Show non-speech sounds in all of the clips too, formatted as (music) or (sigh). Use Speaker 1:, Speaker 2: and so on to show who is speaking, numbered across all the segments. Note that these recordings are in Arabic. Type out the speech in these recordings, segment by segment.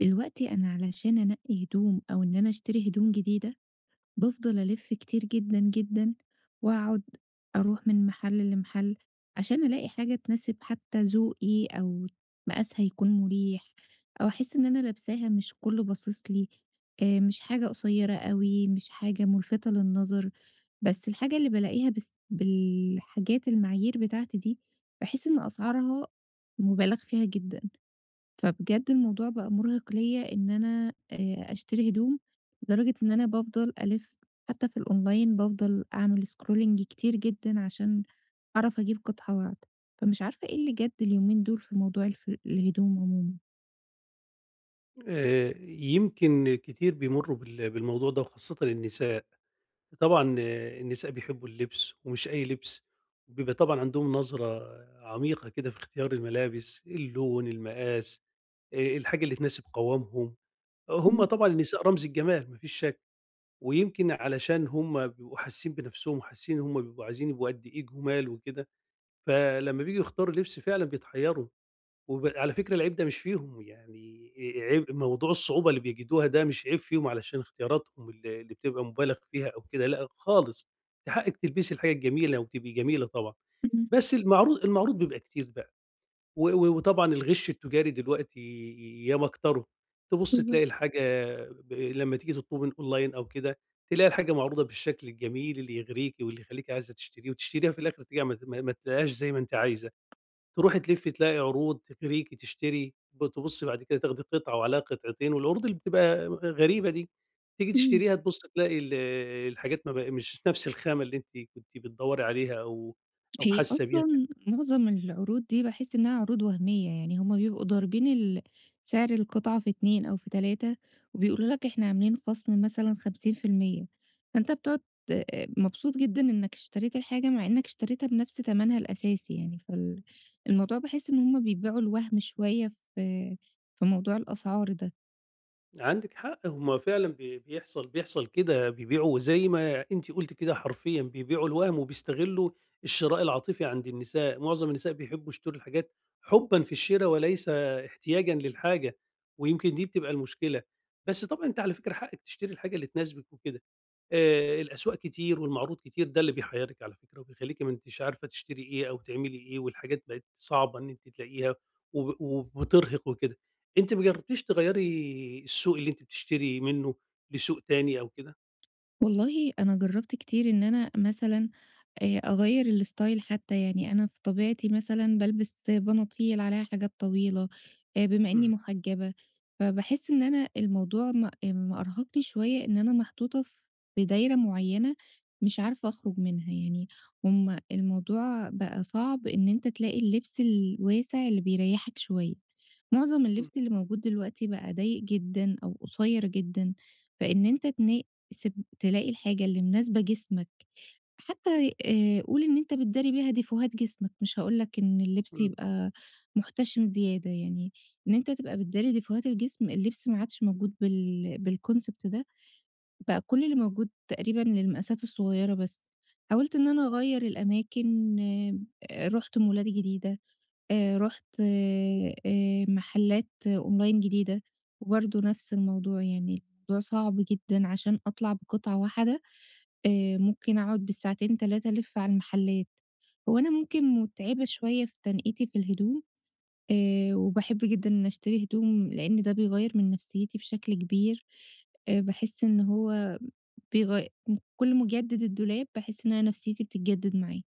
Speaker 1: دلوقتي أنا علشان أنقّي هدوم أو إن أنا أشتري هدوم جديدة، بافضل ألِف كتير جدًا، جدًا وأقعد أروح من محل لمحل عشان ألاقي حاجة تناسب حتى ذوقي أو مقاسها يكون مريح أو أحس إن أنا لابساها مش كُلّه باصص لي، مش حاجة قصيّرة أوي، مش حاجة مُلفتة للنظر، بس الحاجة اللي بالاقيها بس بالحاجات المعايير بتاعتي دي، باحس إن أسعارها مُبالغ فيها جدًا. فبجد الموضوع بقى مُرهِق ليّا إن أنا أشتري هدوم، لدرجة إن أنا بافضل ألِف حتى في الأونلاين بافضل أعمل scrolling كتير جدًا عشان أعرف أجيب قطعة واحدة، فمش عارفة إيه اللي جَد اليومين دول في موضوع الف الهدوم عمومًا.
Speaker 2: يمكن كتير بيمرّوا بالموضوع ده وخاصةً النساء، طبعًا النساء بيحبّوا اللبس ومش أي لبس، وبيبقى طبعًا عندهم نظرة عميقة كده في اختيار الملابس، اللون، المقاس، الحاجة اللي تناسب قوامهم، هم
Speaker 1: إمم.
Speaker 2: طبعًا النساء رمز الجمال ما فيش شك، ويمكن علشان هم بيبقوا حاسين بنفسهم وحاسين إن هم بيبقوا عايزين يبقوا قد إيه جُمال وكده، فلمّا بييجوا يختاروا لبس فعلًا بيتحيّروا. وعلى فكرة العيب ده مش فيهم، يعني عيب موضوع الصعوبة اللي بيجدوها ده مش عيب فيهم علشان اختياراتهم اللي بتبقى مُبالغ فيها أو كده، لأ خالص، ده حقِّك تلبسي الحاجة الجميلة وتبقي جميلة طبعًا،
Speaker 1: إمم.
Speaker 2: بس المعروض بيبقى كتير بقى، و و وطبعًا الغِش التجاري دلوقتي ياما كتروا، تبُص
Speaker 1: بالضبط.
Speaker 2: تلاقي الحاجة لمّا تيجي تطلبي من أونلاين أو كده، تلاقي الحاجة معروضة بالشكل الجميل اللي يغريكِ واللي يخلّيكِ عايزة تشتريه وتشتريها في الآخر تيجي ما تلاقيهاش زي ما أنتِ عايزة. تروحي تلفي تلاقي عروض، تغريكِ، تشتري، تبُصّي بعد كده تاخدي قطعة وعليها قطعتين، والعروض اللي بتبقى غريبة دي، تيجي
Speaker 1: إمم.
Speaker 2: تشتريها تبُصّي تلاقي الحاجات ما بق مش نفس الخامة اللي أنتِ كنتِ بتدوّري عليها أو
Speaker 1: هي
Speaker 2: حاسة بيها.
Speaker 1: أصلًا معظم العروض دي باحس إنها عروض وهمية، يعني هُم بيبقوا ضاربين سعر القطعة في 2 أو في 3 وبيقولوا لك إحنا عاملين خصم مثلًا 50%، فأنت بتقعد آآ، مبسوط جدًا إنك اشتريت الحاجة مع إنك اشتريتها بنفس تمنها الأساسي يعني، الموضوع باحس إن هُم بيبيعوا الوهم شوية في موضوع الأسعار ده.
Speaker 2: عندِك حق، هُم فعلًا بيحصل كده، بيبيعوا زي ما أنتِ قُلتِ كده حرفيًا، بيبيعوا الوهم وبيستغلّوا الشراء العاطفي عند النساء، معظم النساء بيحبّوا يشتروا الحاجات حُبًا في الشرا وليس احتياجًا للحاجة، ويمكن دي بتبقى المشكلة، بس طبعًا أنتِ على فكرة حقِّك تشتري الحاجة اللي تناسبِك وكده، الأذواق كتير والمعروض كتير، ده اللي بيحيّرِك على فكرة وبيخلّيكِ ما أنتيش عارفة تشتري إيه أو تعملي إيه والحاجات بقت صعبة إن أنتِ تلاقيها وبترهق وكده. أنتِ ما جرّبتيش تغيّري السوق اللي أنتِ بتشتري منّه لسوق تاني أو كده؟
Speaker 1: والله أنا جرّبت كتير إن أنا مثلًا أغيّر الstyle حتى، يعني أنا في طبيعتي مثلًا بالبس بناطيل عليها حاجات طويلة، بما إنّي
Speaker 2: إمم،
Speaker 1: محجّبة، فباحس إن أنا الموضوع مأرهقني شوية إن أنا محطوطة في دايرة معيّنة مش عارفة أخرُج منها، يعني هم الموضوع بقى صعب إن أنت تلاقي اللبس الواسع اللي بيريّحك شوية. معظم اللبس
Speaker 2: إمم،
Speaker 1: اللي موجود دلوقتي بقى ضيّق جدًا أو قصيّر جدًا، فإن أنت تنا سب تلاقي الحاجة اللي مناسبة جسمك حتى قُل إن أنت بتداري بيها ديفوهات جسمك، مش هاقول لك إن اللبس
Speaker 2: إمم،
Speaker 1: يبقى محتشم زيادة، يعني إن أنت تبقى بتداري ديفوهات الجسم، اللبس ما عادش موجود بالconcept ده، بقى كل اللي موجود تقريبًا للمقاسات الصغيرة بس. حاولت إن أنا أغيّر الأماكن، رُحت مولات جديدة، رُحت محلات أونلاين جديدة، وبرضه نفس الموضوع، يعني الموضوع صعب جدًا عشان أطلع بقطعة واحدة ممكن أقعد بالساعتين 3 ألِف على المحلات. هو أنا ممكن مُتعبة شوية في تنقيتي في الهدوم، وباحب جدًا إن أشتري هدوم لإن ده بيغيّر من نفسيتي بشكل كبير، باحس إن هو بيغي كل ما أجدد الدولاب باحس إن أنا نفسيتي بتتجدد معاه.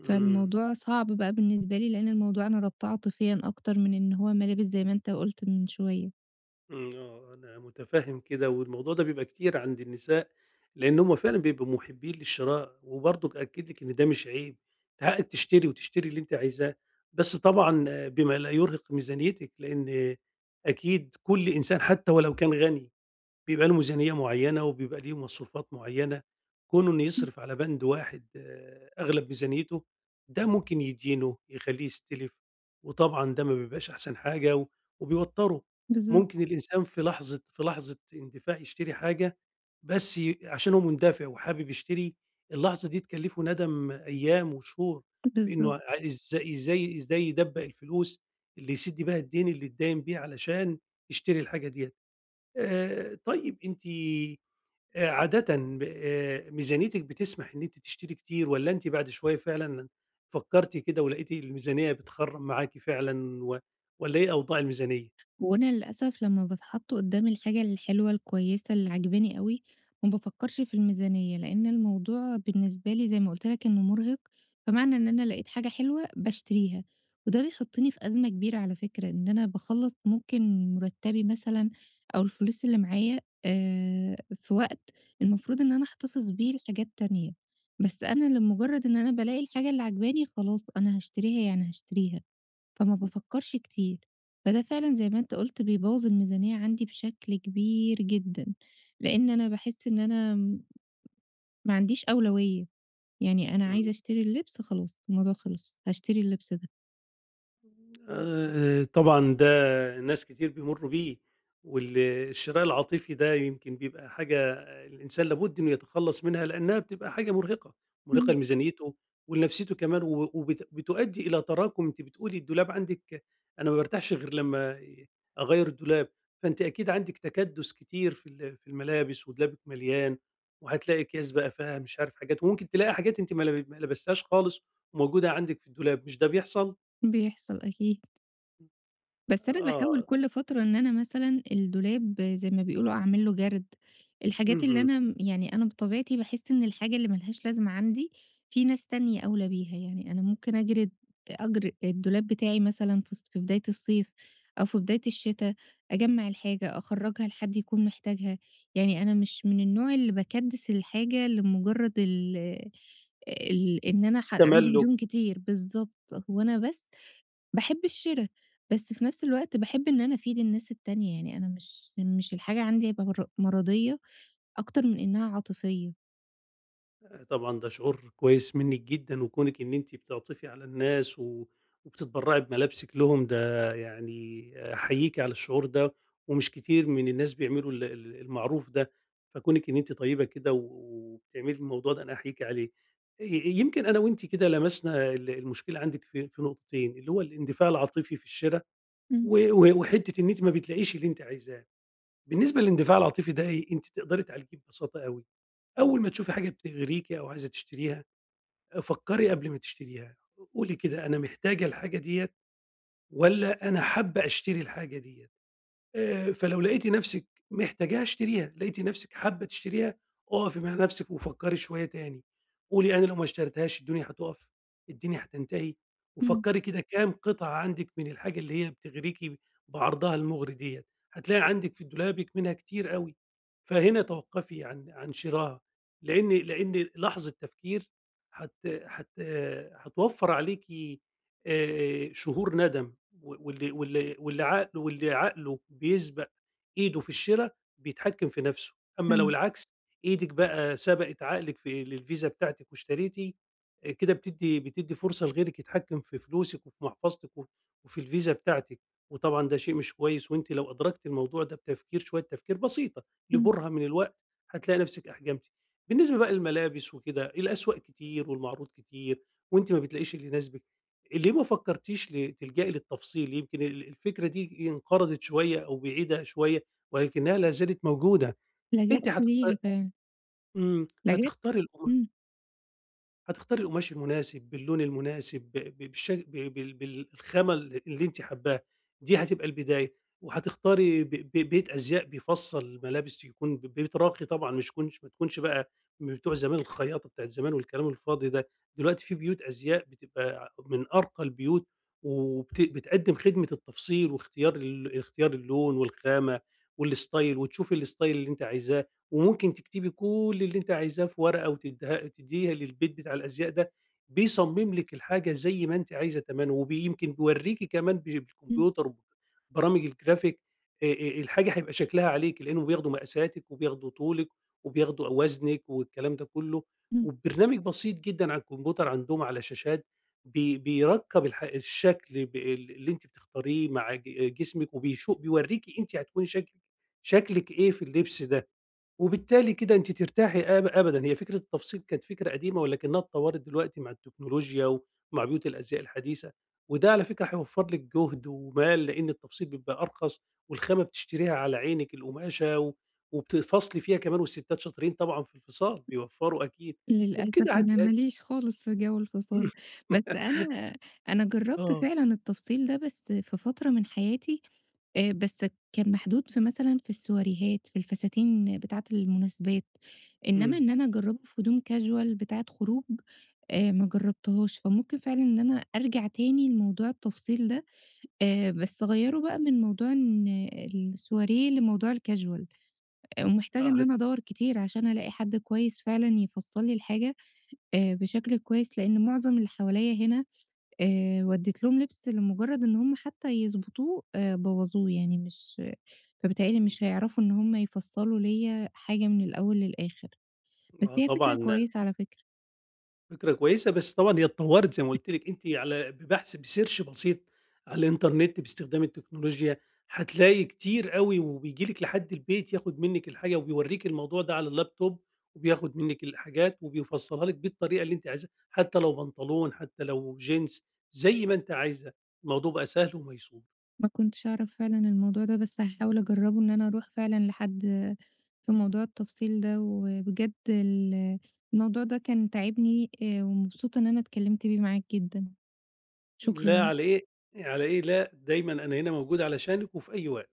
Speaker 2: إمم.
Speaker 1: فالموضوع صعب بقى بالنسبة لي لإن الموضوع أنا رابطاه عاطفيًا أكتر من إن هو ملابس زي ما أنت قُلت من شوية.
Speaker 2: إمم، آه، أنا متفهم كده، والموضوع ده بيبقى كتير عند النساء، لأن هُم فعلًا بيبقوا مُحبين للشراء، وبرضك أأكد لِك إن ده مش عيب، ده حقِّك تشتري وتشتري اللي أنتِ عايزاه، بس طبعًا بما لا يرهق ميزانيتِك، لأن أكيد كل إنسان حتى ولو كان غني بيبقى له ميزانية معيّنة وبيبقى ليه مصروفات معيّنة، كونه إنه يصرف على بند واحد أغلب ميزانيته، ده ممكن يدينه، يخلّيه يستلف، وطبعًا ده ما بيبقاش أحسن حاجة وبيوتّره.
Speaker 1: بالضبط.
Speaker 2: ممكن الإنسان في لحظة اندفاع يشتري حاجة، بس عشان هو مندفع وحابب يشتري، اللحظة دي تكلّفه ندم أيام وشهور في إنه
Speaker 1: بالضبط.
Speaker 2: ع إزاي يدبّق الفلوس اللي يسِد بيها الدين اللي اتداين بيه علشان يشتري الحاجة ديّة. طيب أنتِ عادةً ميزانيتِك بتسمح إن أنتِ تشتري كتير والّا أنتِ بعد شوية فعلًا فكّرتِ كده ولقيتِ الميزانية بتخرّم معاكِ فعلًا والّا إيه أوضاع الميزانية؟
Speaker 1: وأنا للأسف لمّا باتحط قدّامي الحاجة الحلوة الكويسة اللي عاجباني أوي، ما بافكّرش في الميزانية، لإن الموضوع بالنسبة لي زي ما قُلت لك إنه مُرهق، فمعنى إن أنا لقيت حاجة حلوة باشتريها، وده بيحطّني في أزمة كبيرة على فكرة، إن أنا باخلّص ممكن مُرتّبي مثلًا أو الفلوس اللي معايا في وقت المفروض إن أنا أحتفظ بيه لحاجات تانية، بس أنا لمُجرّد إن أنا بالاقي الحاجة اللي عاجباني خلاص أنا هاشتريها يعني هاشتريها. فما بافكّرش كتير، فده فعلًا زي ما أنت قُلت بيبوّظ الميزانية عندي بشكل كبير جدًا، لإن أنا باحس إن أنا ما عنديش أولوية، يعني أنا عايزة
Speaker 2: إمم.
Speaker 1: أشتري اللبس خلاص الموضوع خلص، هاشتري اللبس ده.
Speaker 2: طبعًا ده ناس كتير بيمُرّوا بيه، وال الشراء العاطفي ده يمكن بيبقى حاجة الإنسان لابد إنه يتخلّص منها، لإنها بتبقى حاجة مُرهقة،
Speaker 1: (laughs)
Speaker 2: مُرهقة
Speaker 1: إمم.
Speaker 2: لميزانيته ولنفسيته كمان، و وبت بتؤدّي إلى تراكُم أنتِ بتقولي الدولاب عندِك أنا ما بارتاحش غير لمّا أغيّر الدولاب، فأنتِ أكيد عندِك تكدُّس كتير في الملابس ودولابِك مليان، وهتلاقي أكياس بقى فيها مش عارف حاجات، وممكن تلاقي حاجات أنتِ ما لبستيهاش خالص وموجودة عندِك في الدولاب، مش ده بيحصل؟
Speaker 1: بيحصل أكيد. بس أنا باحاول
Speaker 2: آه.
Speaker 1: كل فترة إن أنا مثلًا الدولاب زي ما بيقولوا أعمل له جَرد، الحاجات اللي
Speaker 2: اهم،
Speaker 1: أنا م يعني أنا بطبيعتي باحس إن الحاجة اللي ما لهاش لازمة عندي في ناس تانية أولى بيها، يعني أنا ممكن أجرد الدولاب بتاعي مثلًا في في بداية الصيف أو في بداية الشتا، أجمّع الحاجة، أخرّجها لحد يكون محتاجها، يعني أنا مش من النوع اللي باكدِّس الحاجة لمجرد ال ال إن أنا عندي
Speaker 2: تملُّك،
Speaker 1: هدوم كتير بالضبط، هو أنا بس باحب الشِرا، بس في نفس الوقت باحب إن أنا أفيد الناس التانية، يعني أنا مش الحاجة عندي هيبقى مرضية أكتر من إنها عاطفية.
Speaker 2: آه، طبعًا ده شعور كويس منِّك جدًا، وكونِك إن أنتِ بتعطفي على الناس وبتتبرّعي بملابسِك لهم ده يعني أحييكِ على الشعور ده، ومش كتير من الناس بيعملوا ال ال المعروف ده، فكونِك إن أنتِ طيبة كده وبتعملي الموضوع ده أنا أحييكِ عليه. يمكن أنا وأنتِ كده لمسنا المشكلة عندِك في نقطتين، اللي هو الاندفاع العاطفي في الشرا
Speaker 1: إمم.
Speaker 2: و و وحتّة إن أنتِ ما بتلاقيش اللي أنتِ عايزاه. بالنسبة للاندفاع العاطفي ده إيه؟ أنتِ تقدري تعالجيه ببساطة أوي. أول ما تشوفي حاجة بتغريكِ أو عايزة تشتريها، فكّري قبل ما تشتريها، قولي كده أنا محتاجة الحاجة ديّة والّا أنا حابة أشتري الحاجة ديّة؟ فلو لقيتِ نفسِك محتاجاها اشتريها، لقيتِ نفسِك حابة تشتريها، أقفي مع نفسِك وفكّري شوية تاني، قولي أنا لو ما اشتريتهاش الدنيا هتُقف، الدنيا هتنتهي،
Speaker 1: إمم.
Speaker 2: وفكّري كده كام قطعة عندِك من الحاجة اللي هي بتغريكِ بعرضها المغري ديّة، هتلاقي عندِك في دولابِك منها كتير أوي، فهنا توقّفي عن شرائها، لإن لحظة تفكير هت هت هتوفّر عليكِ، شهور ندم. و واللي واللي واللي عقله واللي عقله بيسبق إيده في الشِرا بيتحكّم في نَفْسه، أمّا لو
Speaker 1: فعلًا.
Speaker 2: العكس إيدِك بقى سبقِت عقلِك للفيزا بتاعتِك واشتريتِ، كده بتدّي فرصة لغيرِك يتحكّم في فلوسِك وفي محفظتِك وفي الفيزا بتاعتِك، وطبعًا ده شيء مش كويس وأنتِ لو أدركتِ الموضوع ده بتفكير شوية تفكير بسيطة
Speaker 1: إمم.
Speaker 2: لبُرهة من الوقت، هتلاقي نَفْسِك أحجمتِ. بالنسبة بقى للملابس وكده، الأسواق كتير والمعروض كتير وأنتِ ما بتلاقيش اللي يناسبِك. ليه ما فكرتيش تلجئي للتفصيل؟ يمكن الفكرة دي انقرضت شوية أو بعيدة شوية ولكنها لا زالت موجودة، أنتِ
Speaker 1: لجأت
Speaker 2: هتخت
Speaker 1: ليها فعلًا.
Speaker 2: إمم،
Speaker 1: لجأت إمم.
Speaker 2: هتختاري القماش المناسب، باللون المناسب، ب ب بالش ب بال بالخامة اللي أنتِ حاباها، دي هتبقى البداية، وهتختاري ب ب بيت أزياء بيفصّل ملابس يكون بيت راقي طبعًا مش يكونش ما تكونش بقى من بتوع زمان الخياطة بتاعة زمان والكلام الفاضي ده، دلوقتي في بيوت أزياء بتبقى من أرقى البيوت بتقدّم خدمة التفصيل واختيار اختيار اللون والخامة والstyle وتشوفي الstyle اللي أنتِ عايزاه. وممكن تكتبي كل اللي أنتِ عايزاه في ورقة تدّيها للبيت بتاع الأزياء ده، بيصمم لِك الحاجة زي ما أنتِ عايزة تمامًا، وبيمكن بيورّيكِ كمان
Speaker 1: إمم.
Speaker 2: بالكمبيوتر وبرامج الgraphic آآ آآ الحاجة هيبقى شكلها عليكِ، لإنهم بياخدوا مقاساتِك وبياخدوا طولِك وبياخدوا وزنِك والكلام ده كله،
Speaker 1: إمم.
Speaker 2: وببرنامج بسيط جدًا على الكمبيوتر عندهم على شاشات بيركّب الشكل ب ال اللي أنتِ بتختاريه مع جسمِك بيورّيكِ أنتِ هتكوني شكلِك إيه في اللبس ده. وبالتالي كده أنتِ ترتاحي أبدًا، هي فكرة التفصيل كانت فكرة قديمة ولكنها اتطوّرت دلوقتي مع التكنولوجيا ومع بيوت الأزياء الحديثة، وده على فكرة هيوفّر لِك جهد ومال، لإن التفصيل بيبقى أرخص والخامة بتشتريها على عينِك القماشة وبتفاصلي فيها كمان والستات شاطرين طبعًا في الفصال، بيوفّروا أكيد،
Speaker 1: للأسف
Speaker 2: وبكده
Speaker 1: أنا ما ليش خالص في جو الفصال، بس
Speaker 2: (laughs)
Speaker 1: أنا جرّبت
Speaker 2: آه،
Speaker 1: فعلًا التفصيل ده بس في فترة من حياتي، بس كان محدود في مثلًا في السواريهات، في الفساتين بتاعة المناسبات، إنما
Speaker 2: إمم،
Speaker 1: إن أنا أجرّبه في هدوم casual بتاعة خروج ما جرّبتهاش، فممكن فعلًا إن أنا أرجع تاني لموضوع التفصيل ده، بس أغيّره بقى من موضوع إن السواريه لموضوع الcasual ومحتاجة
Speaker 2: آه،
Speaker 1: إن أنا أدوّر كتير عشان ألاقي حد كويس فعلًا يفصّل لي الحاجة بشكل كويس، لإن معظم اللي حواليّا هنا ودّيت لهم لبس لمجرّد إن هم حتى يضبطوه بوّظوه، يعني مش فبيتهيأ لي
Speaker 2: إمم،
Speaker 1: مش هيعرفوا إن هم يفصّلوا ليّا حاجة من الأول للآخر، بس
Speaker 2: آه
Speaker 1: هي فكرة
Speaker 2: طبعًا.
Speaker 1: كويسة على فكرة.
Speaker 2: فكرة كويسة، بس طبعًا هي اتطوّرت زي ما قُلت لِك، أنتِ على بsearch بسيط على الإنترنت باستخدام التكنولوجيا، هتلاقي كتير أوي وبييجي لِك لحد البيت ياخد منِّك الحاجة وبيورّيكِ الموضوع ده على اللابتوب وبياخد منِّك الحاجات وبيفصّلها لِك بالطريقة اللي أنتِ عايزاها، حتى لو بنطلون، حتى لو جينز، زي ما أنتِ عايزة، الموضوع بقى سهل وميسور.
Speaker 1: ما كنتش أعرف فعلًا الموضوع ده، بس هاحاول أجرّبه إن أنا أروح فعلًا لحد في موضوع التفصيل ده، وبجد الموضوع ده كان تاعبني ومبسوطة إن أنا اتكلمت بيه معاك جدًا،
Speaker 2: لا
Speaker 1: شكرًا.
Speaker 2: على إيه على إيه، لا دايمًا أنا هنا موجود علشانِك وفي أي وقت.